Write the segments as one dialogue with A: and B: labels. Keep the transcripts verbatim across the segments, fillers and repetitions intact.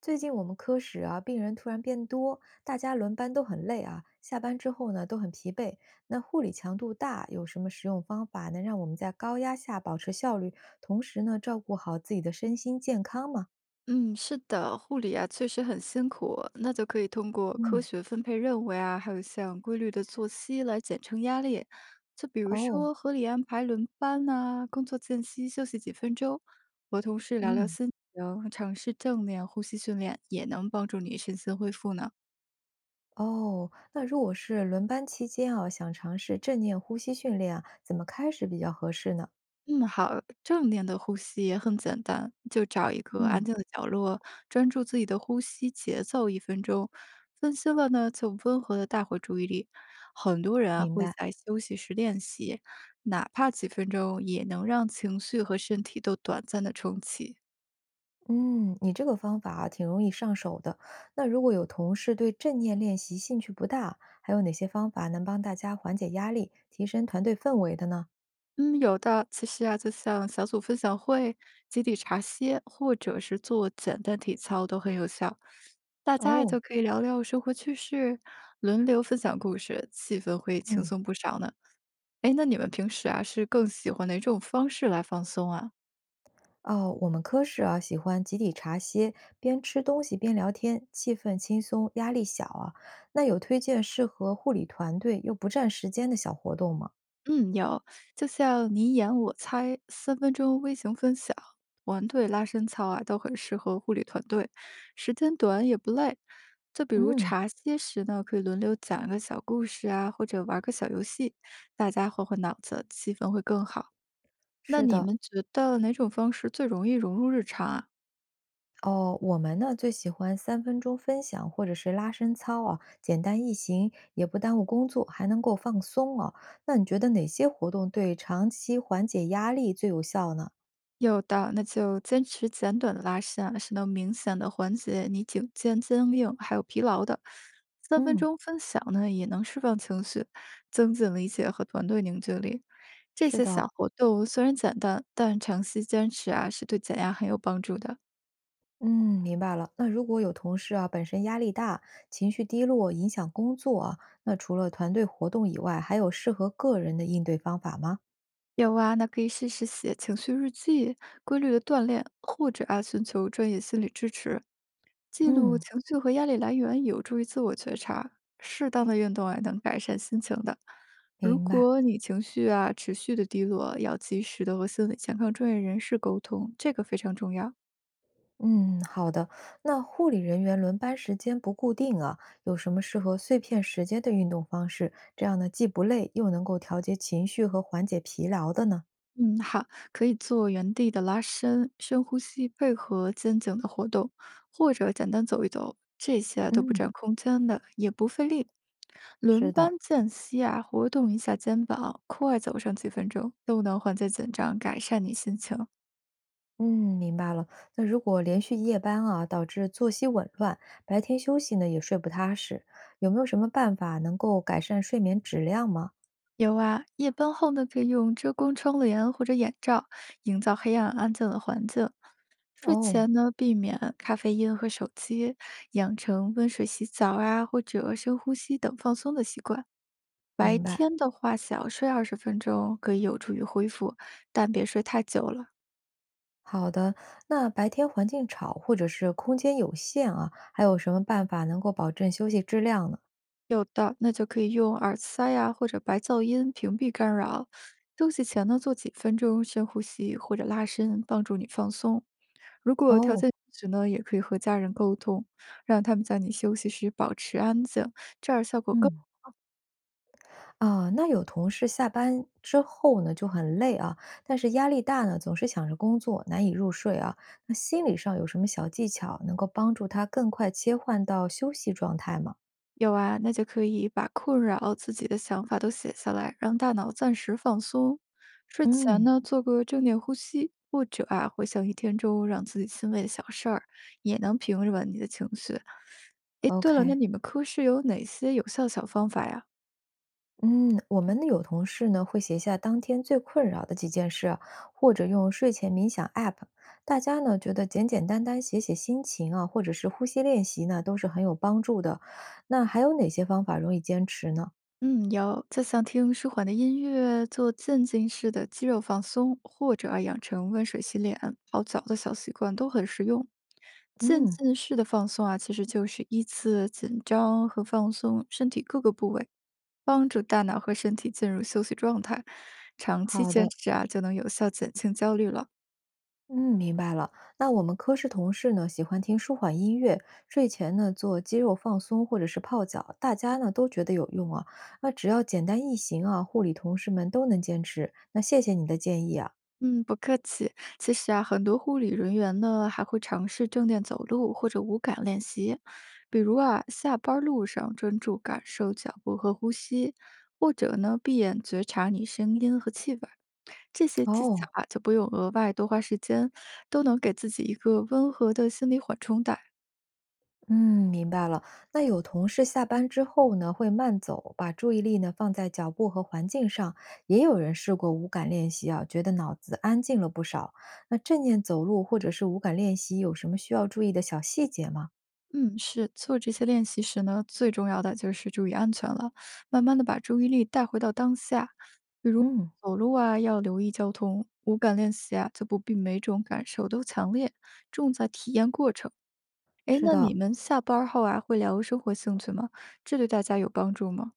A: 最近我们科室啊，病人突然变多，大家轮班都很累啊，下班之后呢都很疲惫。那护理强度大，有什么实用方法能让我们在高压下保持效率，同时呢照顾好自己的身心健康吗？
B: 嗯，是的，护理啊，确实很辛苦，那就可以通过科
A: 嗯，
B: 学分配任务呀，还有像规律的作息来减轻压力。就比如
A: 哦，
B: 说合理安排轮班呐、工作间隙休息几分钟，和同事聊聊
A: 嗯，
B: 心情，尝试正念呼吸训练，也能帮助你身心恢复呢。
A: 哦，那如果是轮班期间啊，想尝试正念呼吸训练啊，怎么开始比较合适呢？
B: 嗯，好，正念的呼吸也很简单，就找一个安
A: 嗯，
B: 静的角落，专注自己的呼吸节奏一分钟。分心了呢，就温和的带回注意力。很多人啊
A: 明
B: 会
A: 白。
B: 在休息时练习，哪怕几分钟，也能让情绪和身体都短暂的重启。
A: 嗯，你这个方法啊，挺容易上手的。那如果有同事对正念练习兴趣不大，还有哪些方法能帮大家缓解压力、提升团队氛围的呢？
B: 嗯，有的。其实啊，就像小组分享会、集体茶歇，或者是做简单体操都很有效。大家也就
A: 哦，
B: 可以聊聊生活趣事，轮流分享故事，气氛会轻
A: 嗯，
B: 松不少呢。哎，那你们平时啊，是更喜欢哪种方式来放松啊？
A: 哦，我们科室啊，喜欢集体茶歇，边吃东西边聊天，气氛轻松，压力小啊。那有推荐适合护理团队又不占时间的小活动吗？
B: 嗯，有，就像你演我猜、三分钟微型分享、团队拉伸操啊，都很适合护理团队，时间短也不累。就比如
A: 嗯，
B: 茶歇时呢，可以轮流讲一个小故事啊，或者玩个小游戏，大家换换脑子，气氛会更好。那
A: 是
B: 你
A: 的，
B: 们觉得哪种方式最容易融入日常啊？
A: 哦，我们呢最喜欢三分钟分享或者是拉伸操啊，简单易行，也不耽误工作，还能够放松啊。那你觉得哪些活动对长期缓解压力最有效呢？
B: 有的，那就坚持简短的拉伸啊，是能明显的缓解你颈肩僵硬还有疲劳的。三分
A: 嗯，
B: 钟分享呢，也能释放情绪，增进理解和团队凝聚力。这
A: 是
B: 些小
A: 的，
B: 活动虽然简单，但长期坚持啊，是对减压很有帮助的。
A: 嗯，明白了。那如果有同事啊本身压力大，情绪低落，影响工作啊，那除了团队活动以外，还有适合个人的应对方法吗？
B: 有啊，那可以试试写情绪日记、规律的锻炼，或者啊寻求专业心理支持。记录
A: 嗯，
B: 情绪和压力来源有助于自我觉察，适当的运动啊能改善心情的。如
A: 明白。
B: 果你情绪啊持续的低落，要及时的和心理健康专业人士沟通，这个非常重要。
A: 嗯，好的。那护理人员轮班时间不固定啊，有什么适合碎片时间的运动方式？这样呢，既不累，又能够调节情绪和缓解疲劳的呢？
B: 嗯，好，可以做原地的拉伸、深呼吸，配合肩颈的活动，或者简单走一走，这些啊都不
A: 嗯，
B: 占空间的，也不费力。轮
A: 是的，
B: 班间隙啊，活动一下肩膀，快走上几分钟，都能缓解紧张，改善你心情。
A: 嗯，明白了。那如果连续夜班啊，导致作息紊乱，白天休息呢也睡不踏实，有没有什么办法能够改善睡眠质量吗？
B: 有啊，夜班后呢，可以用遮光窗帘或者眼罩，营造黑暗安静的环境。睡
A: 哦，
B: 前呢，避免咖啡因和手机，养成温水洗澡啊，或者深呼吸等放松的习惯。白
A: 明白。
B: 天的话，小睡二十分钟可以有助于恢复，但别睡太久了。
A: 好的，那白天环境吵或者是空间有限啊，还有什么办法能够保证休息质量呢？
B: 有的，那就可以用耳塞呀、或者白噪音屏蔽干扰。休息前呢，做几分钟深呼吸或者拉伸，帮助你放松。如果条
A: 哦，
B: 件允许呢，也可以和家人沟通，让他们在你休息时保持安静，这样效果更
A: 嗯，啊，那有同事下班之后呢，就很累啊，但是压力大呢，总是想着工作，难以入睡啊。那心理上有什么小技巧能够帮助他更快切换到休息状态吗？
B: 有啊。那就可以把困扰自己的想法都写下来，让大脑暂时放松。睡前
A: 嗯
B: 呢，做个正念呼吸，或者啊，回想一天中让自己欣慰的小事儿，也能平稳你的情绪。诶，对了，那
A: ，O K。
B: 你们科室有哪些有效小方法呀？
A: 嗯，我们有同事呢会写下当天最困扰的几件事啊，或者用睡前冥想 A p p。大家呢觉得简简单单写写心情啊，或者是呼吸练习呢，都是很有帮助的。那还有哪些方法容易坚持呢？
B: 嗯，有，就像听舒缓的音乐，做渐进式的肌肉放松，或者啊养成温水洗脸、泡脚的小习惯都很实用。渐
A: 嗯。
B: 进式的放松啊，其实就是依次紧张和放松身体各个部位，帮助大脑和身体进入休息状态。长期
A: 好
B: 坚
A: 的，
B: 持啊，就能有效减轻焦虑了。
A: 嗯，明白了。那我们科室同事呢，喜欢听舒缓音乐，睡前呢做肌肉放松或者是泡脚，大家呢都觉得有用啊。那只要简单易行啊，护理同事们都能坚持。那谢谢你的建议啊。
B: 嗯，不客气。其实啊，很多护理人员呢还会尝试正念走路或者无感练习，比如啊，下班儿路上专注感受脚步和呼吸，或者呢，闭眼觉察你声音和气味儿。这些技巧
A: 哦，
B: 啊，就不用额外多花时间，都能给自己一个温和的心理缓冲带。
A: 嗯，明白了。那有同事下班之后呢，会慢走，把注意力呢放在脚步和环境上。也有人试过无感练习啊，觉得脑子安静了不少。那正念走路或者是无感练习，有什么需要注意的小细节吗？
B: 嗯，是做这些练习时呢，最重要的就是注意安全了，慢慢的把注意力带回到当下。
A: 嗯。
B: 走路啊，要留意交通，五感练习啊，就不必每种感受都强烈，重在体验过程。哎，
A: 是
B: 那你
A: 的，
B: 们下班儿后啊，会聊生活兴趣吗？这对大家有帮助吗？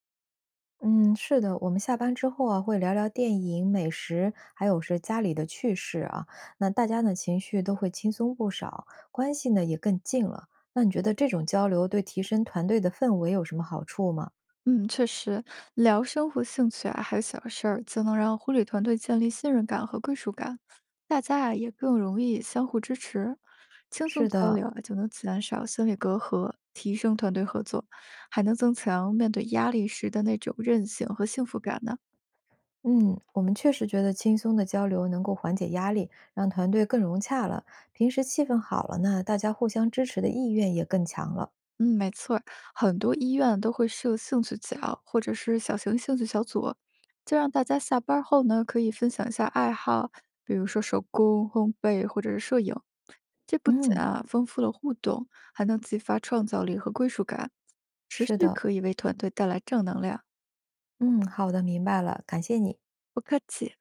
A: 嗯，是的，我们下班之后啊，会聊聊电影、美食，还有是家里的趣事啊。那大家呢，情绪都会轻松不少，关系呢也更近了。那你觉得这种交流对提升团队的氛围有什么好处吗？
B: 嗯，确实，聊生活兴趣啊，还有小事儿，就能让护理团队建立信任感和归属感，大家啊也更容易相互支持，轻
A: 是
B: 松交
A: 的，
B: 流啊，就能减少心理隔阂，提升团队合作，还能增强面对压力时的那种韧性和幸福感呢。
A: 嗯，我们确实觉得轻松的交流能够缓解压力，让团队更融洽了。平时气氛好了呢，大家互相支持的意愿也更强了。
B: 嗯，没错儿很多医院都会设兴趣角或者是小型兴趣小组，就让大家下班儿后呢可以分享一下爱好，比如说手工、烘焙或者是摄影。这不仅
A: 嗯，
B: 啊丰富了互动，还能激发创造力和归属感，持
A: 是
B: 续
A: 的，
B: 可以为团队带来正能量。
A: 嗯，好的，明白了，感谢你。
B: 不客气。